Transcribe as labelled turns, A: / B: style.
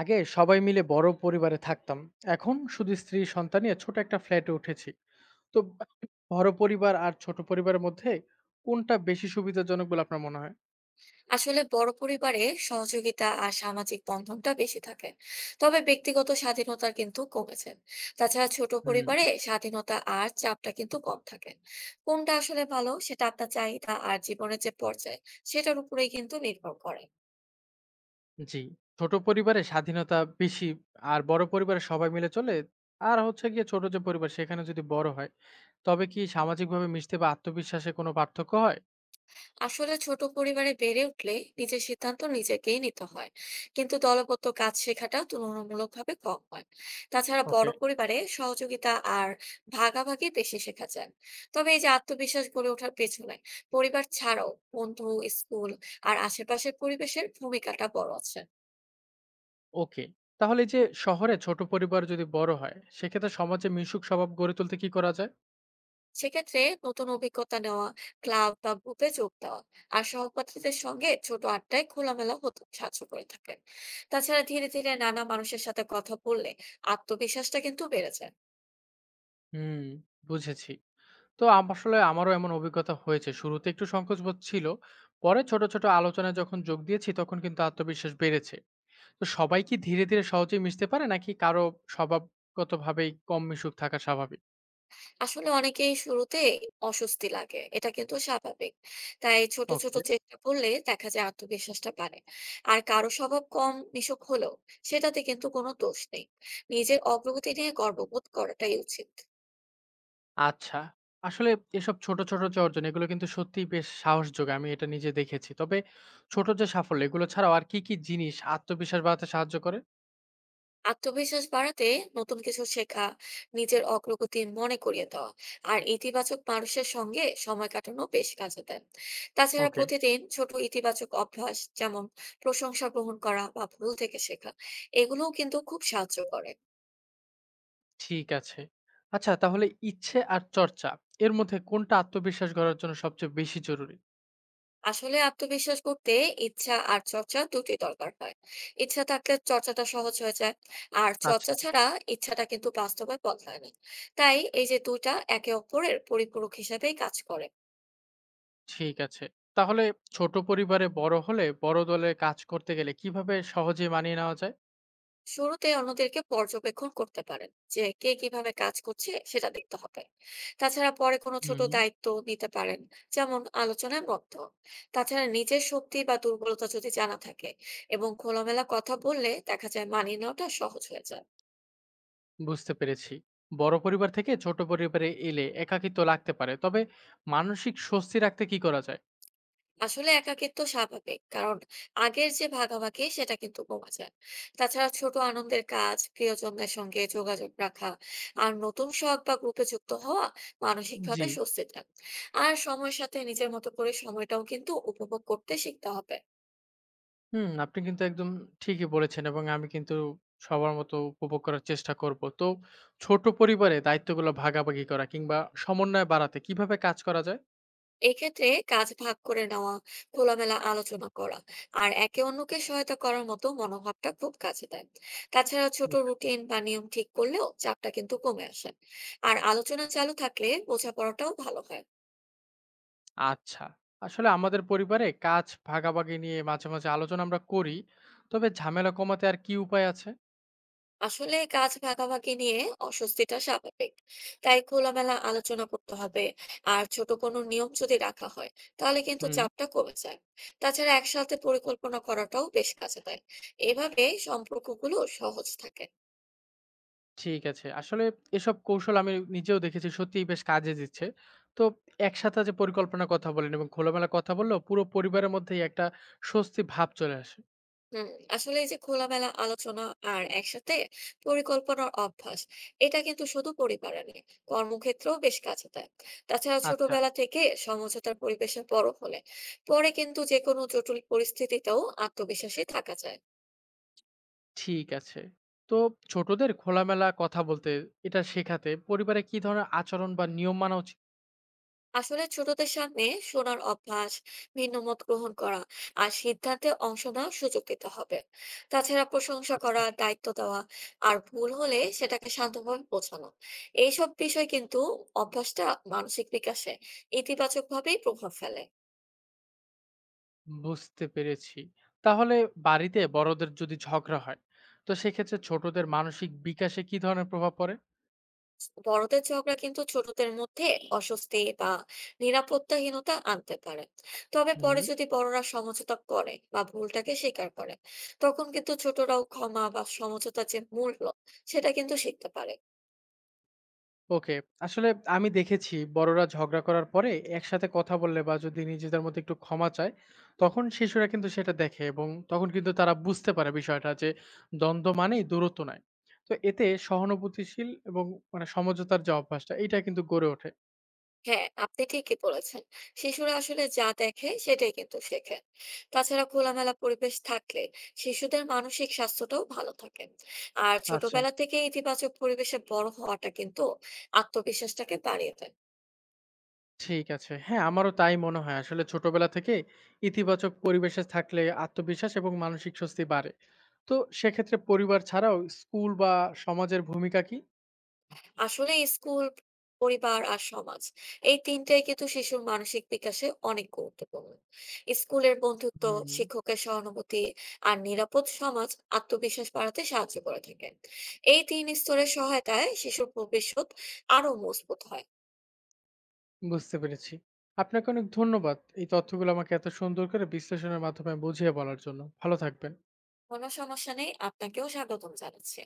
A: আগে সবাই মিলে বড় পরিবারে থাকতাম। এখন শুধু স্ত্রী, সন্তান নিয়ে ছোট একটা ফ্ল্যাটে উঠেছি। তো বড় পরিবার আর ছোট পরিবারের মধ্যে কোনটা বেশি সুবিধাজনক বলে আপনার মনে হয়?
B: আসলে বড় পরিবারে সহযোগিতা আর সামাজিক বন্ধনটা বেশি থাকে, তবে ব্যক্তিগত স্বাধীনতা কিন্তু কমেছে। তাছাড়া ছোট
A: হুম।
B: পরিবারে স্বাধীনতা আর চাপটা কিন্তু কম থাকে। কোনটা আসলে ভালো সেটা আপনার চাহিদা আর জীবনের যে পর্যায়, সেটার উপরেই কিন্তু নির্ভর করে।
A: জি। ছোট পরিবারে স্বাধীনতা বেশি আর বড় পরিবারে সবাই মিলে চলে। আর হচ্ছে গিয়ে ছোট যে পরিবার সেখানে যদি বড় হয়, তবে কি সামাজিকভাবে মিশতে বা আত্মবিশ্বাসে কোনো পার্থক্য হয়?
B: আসলে ছোট পরিবারে বেড়ে উঠলে নিজের সিদ্ধান্ত নিজেকেই নিতে হয়, কিন্তু দলগত কাজ শেখাটা তুলনামূলকভাবে কম হয়। তাছাড়া
A: ওকে,
B: বড় পরিবারে সহযোগিতা আর ভাগাভাগি বেশি শেখা যায়। তবে এই যে আত্মবিশ্বাস গড়ে ওঠার পেছনে পরিবার ছাড়াও বন্ধু, স্কুল আর আশেপাশের পরিবেশের ভূমিকাটা বড় আছে।
A: ওকে। তাহলে এই যে শহরে ছোট পরিবার যদি বড় হয়, সেক্ষেত্রে সমাজে মিশুক স্বভাব গড়ে তুলতে কি করা যায়?
B: সেক্ষেত্রে নতুন অভিজ্ঞতা নেওয়া, ক্লাব বা গ্রুপে যোগ দেওয়া আর সহপাঠীদের সঙ্গে ছোট আড্ডায় খোলামেলা হতে সাহায্য করে থাকেন। তাছাড়া ধীরে ধীরে নানা মানুষের সাথে কথা বললে আত্মবিশ্বাসটা কিন্তু বেড়ে যায়।
A: হুম, বুঝেছি। তো আসলে আমারও এমন অভিজ্ঞতা হয়েছে। শুরুতে একটু সংকোচবোধ ছিল। পরে ছোট, ছোট আলোচনায় যখন যোগ দিয়েছি তখন কিন্তু আত্মবিশ্বাস বেড়েছে। তো সবাই কি ধীরে, ধীরে সহজেই মিশতে পারে নাকি কারো স্বভাবগতভাবেই কম মিশুক থাকা স্বাভাবিক?
B: আসলে অনেকেই শুরুতে অস্বস্তি লাগে, এটা কিন্তু স্বাভাবিক। তাই ছোট ছোট
A: ওকে,
B: চেষ্টা করলে দেখা যায় আত্মবিশ্বাসটা বাড়ে। আর কারো স্বভাব কম মিশুক হলেও সেটাতে কিন্তু কোনো দোষ নেই, নিজের অগ্রগতি নিয়ে গর্ববোধ করাটাই উচিত।
A: আচ্ছা। আসলে এসব ছোট, ছোট যে অর্জন এগুলো কিন্তু সত্যিই বেশ সাহস যোগায়। আমি এটা নিজে দেখেছি। তবে ছোট যে সাফল্য এগুলো ছাড়াও আর কি, কি জিনিস আত্মবিশ্বাস বাড়াতে সাহায্য করে?
B: আত্মবিশ্বাস বাড়াতে নতুন কিছু শেখা, নিজের অগ্রগতি মনে করিয়ে দেওয়া আর ইতিবাচক মানুষের সঙ্গে সময় কাটানো বেশ কাজে দেয়। তাছাড়া
A: ওকে,
B: প্রতিদিন ছোট ইতিবাচক অভ্যাস, যেমন প্রশংসা গ্রহণ করা বা ভুল থেকে শেখা, এগুলোও কিন্তু খুব সাহায্য করে।
A: ঠিক আছে। আচ্ছা তাহলে ইচ্ছে আর চর্চা এর মধ্যে কোনটা আত্মবিশ্বাস গড়ার জন্য সবচেয়ে বেশি জরুরি?
B: আসলে আত্মবিশ্বাস করতে ইচ্ছা আর চর্চা দুটোই দরকার হয়। ইচ্ছা থাকলে চর্চাটা সহজ হয়ে যায়, আর চর্চা
A: আচ্ছা,
B: ছাড়া ইচ্ছাটা কিন্তু বাস্তবে বদলায় না। তাই এই যে দুইটা একে অপরের পরিপূরক হিসেবেই কাজ করে।
A: ঠিক আছে। তাহলে ছোট পরিবারে বড় হলে বড় দলে কাজ করতে গেলে কিভাবে সহজে মানিয়ে নেওয়া যায়?
B: শুরুতে অন্যদেরকে পর্যবেক্ষণ করতে পারেন, যে কে কিভাবে কাজ করছে সেটা দেখতে হবে। তাছাড়া পরে কোনো ছোট
A: হুম,
B: দায়িত্ব নিতে পারেন, যেমন আলোচনায় মত দেওয়া। তাছাড়া নিজের শক্তি বা দুর্বলতা যদি জানা থাকে এবং খোলামেলা কথা বললে দেখা যায় মানিয়ে নেওয়াটা সহজ হয়ে যায়।
A: বুঝতে পেরেছি। বড় পরিবার থেকে ছোট পরিবারে এলে একাকিত্ব লাগতে পারে। তবে মানসিক স্বস্তি রাখতে কি করা যায়?
B: আসলে একাকিত্ব স্বাভাবিক, কারণ আগের যে ভাগাভাগি সেটা কিন্তু কমে যায়। তাছাড়া ছোট আনন্দের কাজ, প্রিয়জনদের সঙ্গে যোগাযোগ রাখা আর নতুন শখ বা গ্রুপে যুক্ত হওয়া মানসিকভাবে
A: জি।
B: স্বস্তি দেয়। আর সময়ের সাথে নিজের মতো করে সময়টাও কিন্তু উপভোগ করতে শিখতে হবে।
A: হুম, আপনি কিন্তু একদম ঠিকই বলেছেন এবং আমি কিন্তু সবার মতো উপভোগ করার চেষ্টা করব। তো ছোট পরিবারে দায়িত্বগুলো ভাগাভাগি করা কিংবা সমন্বয় বাড়াতে কিভাবে কাজ করা যায়?
B: এক্ষেত্রে কাজ ভাগ করে নেওয়া, খোলামেলা আলোচনা করা আর একে অন্যকে সহায়তা করার মতো মনোভাবটা খুব কাজে দেয়। তাছাড়া ছোট রুটিন বা নিয়ম ঠিক করলেও চাপটা কিন্তু কমে আসে, আর আলোচনা চালু থাকলে বোঝাপড়াটাও ভালো হয়।
A: আচ্ছা। আসলে আমাদের পরিবারে কাজ ভাগাভাগি নিয়ে মাঝে, মাঝে আলোচনা আমরা করি। তবে ঝামেলা কমাতে আর কি উপায় আছে?
B: আসলে কাজ ভাগাভাগি নিয়ে অস্বস্তিটা স্বাভাবিক, তাই খোলামেলা আলোচনা করতে হবে। আর ছোট কোনো নিয়ম যদি রাখা হয়, তাহলে কিন্তু
A: হুম।
B: চাপটা কমে যায়। তাছাড়া একসাথে পরিকল্পনা করাটাও বেশ কাজে দেয়, এভাবে সম্পর্কগুলো সহজ থাকে।
A: ঠিক আছে। আসলে এসব কৌশল আমি নিজেও দেখেছি সত্যিই বেশ কাজে দিচ্ছে। তো একসাথে যে পরিকল্পনার কথা বলেন এবং খোলামেলা কথা বললেও পুরো পরিবারের মধ্যেই একটা স্বস্তি ভাব চলে আসে।
B: হুম, আসলে এই যে খোলামেলা আলোচনা আর একসাথে পরিকল্পনার অভ্যাস, এটা কিন্তু শুধু পরিবারে নেই, কর্মক্ষেত্রেও বেশ কাজে দেয়। তাছাড়া
A: আচ্ছা।
B: ছোটবেলা থেকে সমঝোতার পরিবেশে বড় হলে পরে কিন্তু যে কোনো জটিল পরিস্থিতিতেও আত্মবিশ্বাসী থাকা যায়।
A: ঠিক আছে। তো ছোটদের খোলামেলা কথা বলতে এটা শেখাতে পরিবারে কি ধরনের আচরণ বা নিয়ম মানা উচিত?
B: আসলে ছোটদের সামনে শোনার অভ্যাস, ভিন্ন মত গ্রহণ করা আর সিদ্ধান্তে অংশ নেওয়ার সুযোগ দিতে হবে। তাছাড়া প্রশংসা
A: আচ্ছা।
B: করা, দায়িত্ব দেওয়া আর ভুল হলে সেটাকে শান্তভাবে বোঝানো, এইসব বিষয় কিন্তু অভ্যাসটা মানসিক বিকাশে ইতিবাচক ভাবেই প্রভাব ফেলে।
A: বুঝতে পেরেছি। তাহলে বাড়িতে বড়দের যদি ঝগড়া হয়, তো সেক্ষেত্রে ছোটদের মানসিক বিকাশে কি ধরনের প্রভাব পড়ে?
B: বড়দের ঝগড়া কিন্তু ছোটদের মধ্যে অস্বস্তি বা নিরাপত্তাহীনতা আনতে পারে। তবে পরে
A: হুম,
B: যদি বড়রা সমঝোতা করে বা ভুলটাকে স্বীকার করে, তখন কিন্তু ছোটরাও ক্ষমা বা সমঝোতার যে মূল্য সেটা কিন্তু শিখতে পারে।
A: ওকে, আসলে আমি দেখেছি বড়রা ঝগড়া করার পরে একসাথে কথা বললে বা যদি নিজেদের মধ্যে একটু ক্ষমা চায়, তখন শিশুরা কিন্তু সেটা দেখে এবং তখন কিন্তু তারা বুঝতে পারে বিষয়টা যে দ্বন্দ্ব মানেই দূরত্ব নয়। তো এতে সহানুভূতিশীল এবং মানে সমঝোতার যে অভ্যাসটা এটা কিন্তু গড়ে ওঠে।
B: হ্যাঁ, আপনি ঠিকই বলেছেন, শিশুরা আসলে যা দেখে সেটাই কিন্তু শেখে। তাছাড়া খোলামেলা পরিবেশ থাকলে শিশুদের মানসিক স্বাস্থ্যটাও ভালো থাকে। আর
A: আচ্ছা,
B: ছোটবেলা থেকে ইতিবাচক পরিবেশে বড় হওয়াটা কিন্তু আত্মবিশ্বাসটাকে বাড়িয়ে দেয়।
A: ঠিক আছে। হ্যাঁ, আমারও তাই মনে হয়। আসলে ছোটবেলা থেকে ইতিবাচক পরিবেশে থাকলে আত্মবিশ্বাস এবং মানসিক স্বস্তি বাড়ে। তো সেক্ষেত্রে পরিবার ছাড়াও স্কুল বা সমাজের ভূমিকা কি?
B: আসলে স্কুল, পরিবার আর সমাজ, এই তিনটাই কিন্তু শিশুর মানসিক বিকাশে অনেক গুরুত্বপূর্ণ। স্কুলের বন্ধুত্ব,
A: হুম।
B: শিক্ষকের সহানুভূতি আর নিরাপদ সমাজ আত্মবিশ্বাস বাড়াতে সাহায্য করে থাকে। এই তিন স্তরের সহায়তায় শিশুর ভবিষ্যৎ আরো মজবুত হয়।
A: বুঝতে পেরেছি। আপনাকে অনেক ধন্যবাদ। এই তথ্যগুলো আমাকে এত সুন্দর করে বিশ্লেষণের মাধ্যমে বুঝিয়ে বলার জন্য। ভালো থাকবেন।
B: কোনো সমস্যা নেই, আপনাকেও স্বাগতম জানাচ্ছি।